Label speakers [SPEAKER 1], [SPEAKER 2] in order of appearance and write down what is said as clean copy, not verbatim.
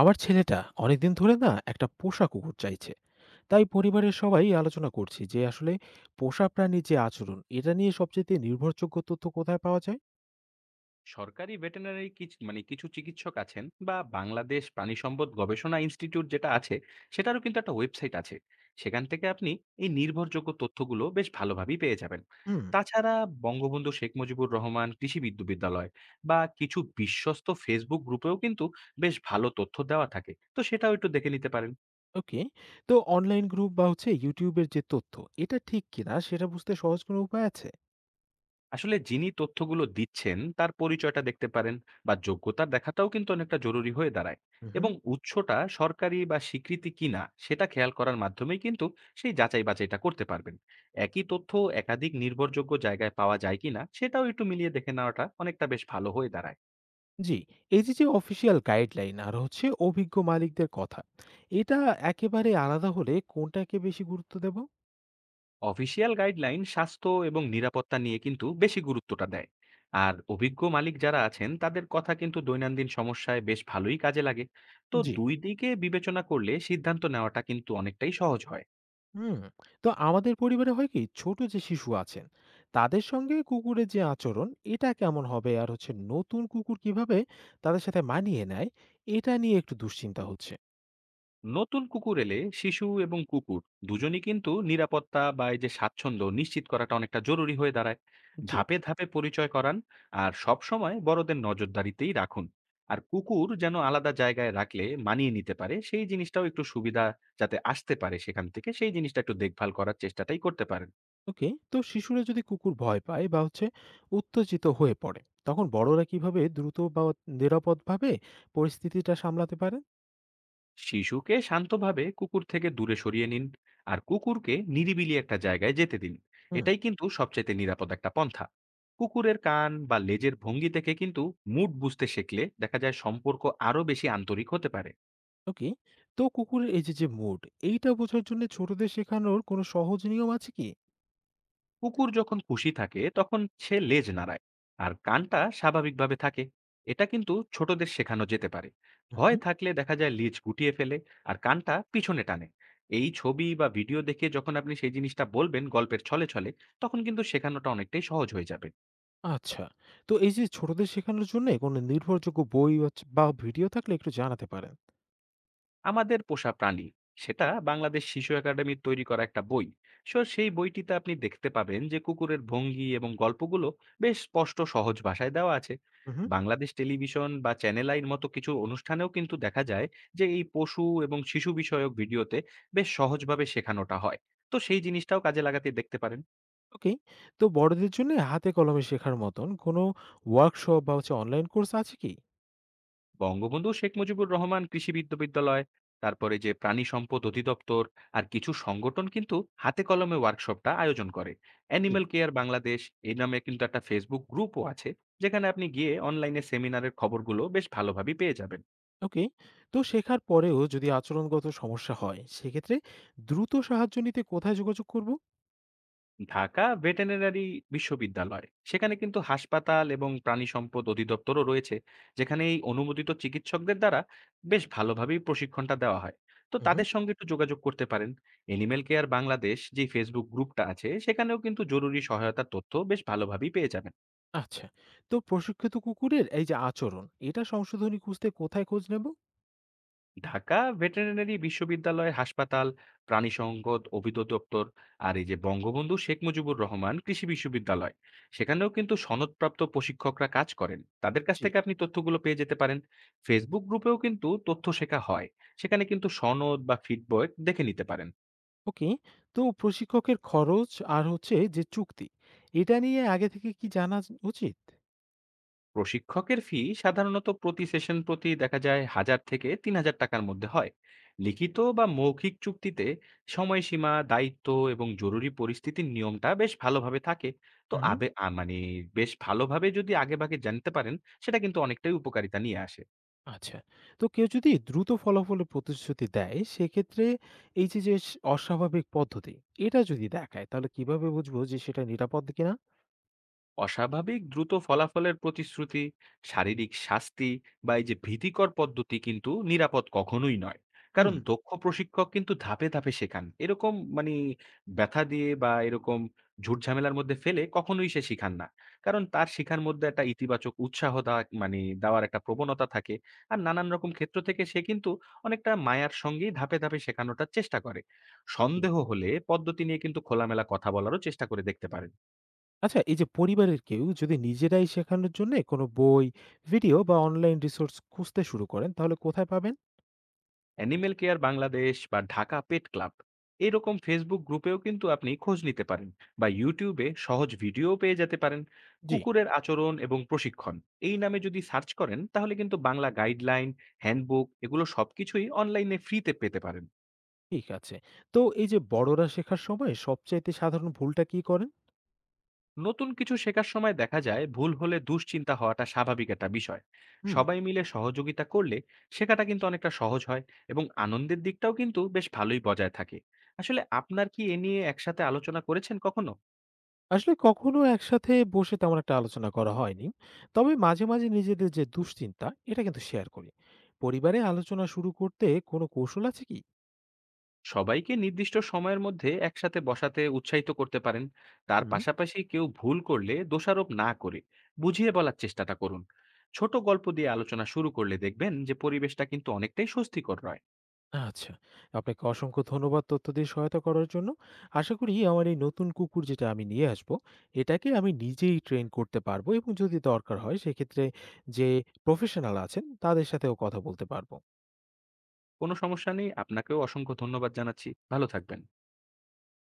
[SPEAKER 1] আমার ছেলেটা অনেকদিন ধরে না একটা পোষা কুকুর চাইছে। তাই পরিবারের সবাই আলোচনা করছি যে আসলে পোষা প্রাণীর যে আচরণ, এটা নিয়ে সবচেয়ে নির্ভরযোগ্য তথ্য কোথায় পাওয়া যায়?
[SPEAKER 2] সরকারি ভেটেরিনারি কিছু চিকিৎসক আছেন, বা বাংলাদেশ প্রাণী সম্পদ গবেষণা ইনস্টিটিউট যেটা আছে সেটারও কিন্তু একটা ওয়েবসাইট আছে। সেখান থেকে আপনি এই নির্ভরযোগ্য তথ্যগুলো বেশ ভালোভাবেই পেয়ে যাবেন।
[SPEAKER 1] হুম।
[SPEAKER 2] তাছাড়া বঙ্গবন্ধু শেখ মুজিবুর রহমান কৃষি বিদ্যালয় বা কিছু বিশ্বস্ত ফেসবুক গ্রুপেও কিন্তু বেশ ভালো তথ্য দেওয়া থাকে, তো সেটাও একটু দেখে নিতে পারেন।
[SPEAKER 1] ওকে, তো অনলাইন গ্রুপ বা হচ্ছে ইউটিউবের যে তথ্য, এটা ঠিক কিনা সেটা বুঝতে সহজ কোনো উপায় আছে?
[SPEAKER 2] আসলে যিনি তথ্যগুলো দিচ্ছেন তার পরিচয়টা দেখতে পারেন, বা যোগ্যতা দেখাটাও কিন্তু অনেকটা জরুরি হয়ে দাঁড়ায়।
[SPEAKER 1] হুম।
[SPEAKER 2] এবং উৎসটা সরকারি বা স্বীকৃতি কিনা সেটা খেয়াল করার মাধ্যমেই কিন্তু সেই যাচাই বাছাইটা করতে পারবেন। একই তথ্য একাধিক নির্ভরযোগ্য জায়গায় পাওয়া যায় কিনা সেটাও একটু মিলিয়ে দেখে নেওয়াটা অনেকটা বেশ ভালো হয়ে দাঁড়ায়।
[SPEAKER 1] জি। এই যে যে অফিসিয়াল গাইডলাইন আর হচ্ছে অভিজ্ঞ মালিকদের কথা, এটা একেবারে আলাদা হলে কোনটাকে বেশি গুরুত্ব দেব?
[SPEAKER 2] অফিসিয়াল গাইডলাইন স্বাস্থ্য এবং নিরাপত্তা নিয়ে কিন্তু বেশি গুরুত্বটা দেয়, আর অভিজ্ঞ মালিক যারা আছেন তাদের কথা কিন্তু দৈনন্দিন সমস্যায় বেশ ভালোই কাজে লাগে। তো
[SPEAKER 1] জি।
[SPEAKER 2] দুই দিকে বিবেচনা করলে সিদ্ধান্ত নেওয়াটা কিন্তু অনেকটাই সহজ হয়।
[SPEAKER 1] হুম। তো আমাদের পরিবারে হয় কি, ছোট যে শিশু আছেন তাদের সঙ্গে কুকুরের যে আচরণ, এটা কেমন হবে, আর হচ্ছে নতুন কুকুর কিভাবে তাদের সাথে মানিয়ে নেয়, এটা নিয়ে একটু দুশ্চিন্তা হচ্ছে।
[SPEAKER 2] নতুন কুকুর এলে শিশু এবং কুকুর দুজনই কিন্তু নিরাপত্তা বা এই যে স্বাচ্ছন্দ্য নিশ্চিত করাটা অনেকটা জরুরি হয়ে দাঁড়ায়।
[SPEAKER 1] জি।
[SPEAKER 2] ধাপে ধাপে পরিচয় করান, আর সব সময় বড়দের নজরদারিতেই রাখুন। আর কুকুর যেন আলাদা জায়গায় রাখলে মানিয়ে নিতে পারে সেই জিনিসটাও একটু সুবিধা যাতে আসতে পারে, সেখান থেকে সেই জিনিসটা একটু দেখভাল করার চেষ্টাটাই করতে পারেন।
[SPEAKER 1] ওকে, তো শিশুরা যদি কুকুর ভয় পায় বা হচ্ছে উত্তেজিত হয়ে পড়ে, তখন বড়রা কিভাবে দ্রুত বা নিরাপদভাবে পরিস্থিতিটা সামলাতে পারে?
[SPEAKER 2] শিশুকে শান্তভাবে কুকুর থেকে দূরে সরিয়ে নিন, আর কুকুরকে নিরিবিলি একটা জায়গায় যেতে দিন।
[SPEAKER 1] হুম।
[SPEAKER 2] এটাই কিন্তু সবচাইতে নিরাপদ একটা পন্থা। কুকুরের কান বা লেজের ভঙ্গি থেকে কিন্তু মুড বুঝতে শিখলে দেখা যায় সম্পর্ক আরো বেশি আন্তরিক হতে পারে।
[SPEAKER 1] ওকে, তো কুকুরের এই যে যে মুড, এইটা বোঝার জন্য ছোটদের শেখানোর কোনো সহজ নিয়ম আছে কি?
[SPEAKER 2] কুকুর যখন খুশি থাকে তখন সে লেজ নাড়ায় আর কানটা স্বাভাবিকভাবে থাকে, এটা কিন্তু ছোটদের শেখানো যেতে পারে। ভয় থাকলে দেখা যায় লেজ গুটিয়ে ফেলে আর কানটা পিছনে টানে। এই ছবি বা ভিডিও দেখে যখন আপনি সেই জিনিসটা বলবেন গল্পের ছলে ছলে, তখন কিন্তু শেখানোটা অনেকটাই সহজ হয়ে যাবে।
[SPEAKER 1] আচ্ছা। তো এই যে ছোটদের শেখানোর জন্যে কোনো নির্ভরযোগ্য বই হচ্ছে বা ভিডিও থাকলে একটু জানাতে পারেন।
[SPEAKER 2] আমাদের পোষা প্রাণী, সেটা বাংলাদেশ শিশু একাডেমির তৈরি করা একটা বই। সো সেই বইটিতে আপনি দেখতে পাবেন যে কুকুরের ভঙ্গি এবং গল্পগুলো বেশ স্পষ্ট সহজ ভাষায় দেওয়া আছে।
[SPEAKER 1] উহু।
[SPEAKER 2] বাংলাদেশ টেলিভিশন বা চ্যানেল আইর মতো কিছু অনুষ্ঠানেও কিন্তু দেখা যায় যে এই পশু এবং শিশু বিষয়ক ভিডিওতে বেশ সহজভাবে শেখানোটা হয়, তো সেই জিনিসটাও কাজে লাগাতে দেখতে পারেন।
[SPEAKER 1] ওকে। তো বড়দের জন্যে হাতে কলমে শেখার মতন কোনো ওয়ার্কশপ বা হচ্ছে অনলাইন কোর্স আছে কি?
[SPEAKER 2] বঙ্গবন্ধু শেখ মুজিবুর রহমান কৃষি বিদ্যালয়, তারপরে যে প্রাণী সম্পদ অধিদপ্তর, আর কিছু সংগঠন কিন্তু হাতে কলমে ওয়ার্কশপটা আয়োজন করে।
[SPEAKER 1] জি।
[SPEAKER 2] অ্যানিমেল কেয়ার বাংলাদেশ এই নামে কিন্তু একটা ফেসবুক গ্রুপও আছে, যেখানে আপনি গিয়ে অনলাইনে সেমিনারের খবরগুলো বেশ ভালোভাবে পেয়ে যাবেন।
[SPEAKER 1] ওকে। তো শেখার পরেও যদি আচরণগত সমস্যা হয়, সেক্ষেত্রে দ্রুত সাহায্য নিতে কোথায় যোগাযোগ করব?
[SPEAKER 2] ঢাকা ভেটেরিনারি বিশ্ববিদ্যালয়, সেখানে কিন্তু হাসপাতাল এবং প্রাণী সম্পদ অধিদপ্তরও রয়েছে, যেখানে এই অনুমোদিত চিকিৎসকদের দ্বারা বেশ ভালোভাবেই প্রশিক্ষণটা দেওয়া হয়। তো
[SPEAKER 1] উহু।
[SPEAKER 2] তাদের সঙ্গে একটু যোগাযোগ করতে পারেন। এনিমেল কেয়ার বাংলাদেশ যে ফেসবুক গ্রুপটা আছে সেখানেও কিন্তু জরুরি সহায়তার তথ্য বেশ ভালোভাবেই পেয়ে যাবেন।
[SPEAKER 1] আচ্ছা। তো প্রশিক্ষিত কুকুরের এই যে আচরণ, এটা সংশোধনী খুঁজতে কোথায় খোঁজ নেব?
[SPEAKER 2] ঢাকা ভেটেরিনারি বিশ্ববিদ্যালয়ের হাসপাতাল, প্রাণী সম্পদ অভিযোগ দপ্তর, আর এই যে বঙ্গবন্ধু শেখ মুজিবুর রহমান কৃষি বিশ্ববিদ্যালয়, সেখানেও কিন্তু সনদপ্রাপ্ত প্রশিক্ষকরা কাজ করেন, তাদের কাছ
[SPEAKER 1] জি।
[SPEAKER 2] থেকে আপনি তথ্যগুলো পেয়ে যেতে পারেন। ফেসবুক গ্রুপেও কিন্তু তথ্য শেখা হয়, সেখানে কিন্তু সনদ বা ফিডব্যাক দেখে নিতে পারেন।
[SPEAKER 1] ওকে। তো প্রশিক্ষকের খরচ আর হচ্ছে যে চুক্তি, এটা নিয়ে আগে থেকে কি জানা য উচিত?
[SPEAKER 2] প্রশিক্ষকের ফি সাধারণত প্রতি সেশন প্রতি দেখা যায় 1,000 থেকে 3,000 টাকার মধ্যে হয়। লিখিত বা মৌখিক চুক্তিতে সময়সীমা, দায়িত্ব এবং জরুরি পরিস্থিতির নিয়মটা বেশ ভালোভাবে থাকে। তো
[SPEAKER 1] হুম, হুম।
[SPEAKER 2] আবে আ, মানে বেশ ভালোভাবে যদি আগে ভাগে জানতে পারেন, সেটা কিন্তু অনেকটাই উপকারিতা নিয়ে আসে।
[SPEAKER 1] আচ্ছা। তো কেউ যদি দ্রুত ফলাফলের প্রতিশ্রুতি দেয়, সেক্ষেত্রে এই যে, যে স অস্বাভাবিক পদ্ধতি, এটা যদি দেখায়, তাহলে কিভাবে বুঝবো যে সেটা নিরাপদ কিনা?
[SPEAKER 2] অস্বাভাবিক দ্রুত ফলাফলের প্রতিশ্রুতি, শারীরিক শাস্তি বা এই যে ভীতিকর পদ্ধতি কিন্তু নিরাপদ কখনোই নয়।
[SPEAKER 1] হুম।
[SPEAKER 2] কারণ দক্ষ প্রশিক্ষক কিন্তু ধাপে ধাপে শেখান, এরকম মানে ব্যথা দিয়ে বা এরকম ঝুট ঝামেলার মধ্যে ফেলে কখনোই সে শিখান না। কারণ তার শিখার মধ্যে একটা ইতিবাচক উৎসাহ দেওয়ার একটা প্রবণতা থাকে। আর নানান রকম ক্ষেত্র থেকে সে কিন্তু অনেকটা মায়ার সঙ্গেই ধাপে ধাপে শেখানোটার চেষ্টা করে।
[SPEAKER 1] জি।
[SPEAKER 2] সন্দেহ হলে পদ্ধতি নিয়ে কিন্তু খোলামেলা কথা বলারও চেষ্টা করে দেখতে পারেন।
[SPEAKER 1] আচ্ছা, এই যে পরিবারের কেউ যদি নিজেরাই শেখানোর জন্যে কোনো বই, ভিডিও বা অনলাইন রিসোর্স খুঁজতে শুরু করেন, তাহলে কোথায় পাবেন?
[SPEAKER 2] অ্যানিমেল কেয়ার বাংলাদেশ বা ঢাকা পেট ক্লাব, এরকম ফেসবুক গ্রুপেও কিন্তু আপনি খোঁজ নিতে পারেন, বা ইউটিউবে সহজ ভিডিও পেয়ে যেতে পারেন।
[SPEAKER 1] জি।
[SPEAKER 2] কুকুরের আচরণ এবং প্রশিক্ষণ এই নামে যদি সার্চ করেন, তাহলে কিন্তু বাংলা গাইডলাইন, হ্যান্ডবুক, এগুলো সবকিছুই অনলাইনে ফ্রিতে পেতে পারেন।
[SPEAKER 1] ঠিক আছে। তো এই যে বড়রা শেখার সময় সবচাইতে সাধারণ ভুলটা কি করেন?
[SPEAKER 2] নতুন কিছু শেখার সময় দেখা যায় ভুল হলে দুশ্চিন্তা হওয়াটা স্বাভাবিক একটা বিষয়।
[SPEAKER 1] হুম।
[SPEAKER 2] সবাই মিলে সহযোগিতা করলে শেখাটা কিন্তু অনেকটা সহজ হয়, এবং আনন্দের দিকটাও কিন্তু বেশ ভালোই বজায় থাকে। আসলে আপনার কি এ নিয়ে একসাথে আলোচনা করেছেন কখনো?
[SPEAKER 1] আসলে কখনো একসাথে বসে তেমন একটা আলোচনা করা হয়নি। তবে মাঝে, মাঝে নিজেদের যে দুশ্চিন্তা, এটা কিন্তু শেয়ার করি। পরিবারে আলোচনা শুরু করতে কোনো কৌশল আছে কি?
[SPEAKER 2] সবাইকে নির্দিষ্ট সময়ের মধ্যে একসাথে বসাতে উৎসাহিত করতে পারেন। তার
[SPEAKER 1] হুম।
[SPEAKER 2] পাশাপাশি কেউ ভুল করলে দোষারোপ না করে বুঝিয়ে বলার চেষ্টাটা করুন। ছোট গল্প দিয়ে আলোচনা শুরু করলে দেখবেন যে পরিবেশটা কিন্তু অনেকটাই স্বস্তিকর হয়।
[SPEAKER 1] আচ্ছা। আপনাকে অসংখ্য ধন্যবাদ তথ্য দিয়ে সহায়তা করার জন্য। আশা করি আমার এই নতুন কুকুর যেটা আমি নিয়ে আসবো, এটাকে আমি নিজেই ট্রেন করতে পারবো, এবং যদি দরকার হয় সেক্ষেত্রে যে প্রফেশনাল আছেন তাদের সাথেও কথা বলতে পারবো।
[SPEAKER 2] কোনো সমস্যা নেই, আপনাকেও অসংখ্য ধন্যবাদ জানাচ্ছি, ভালো থাকবেন।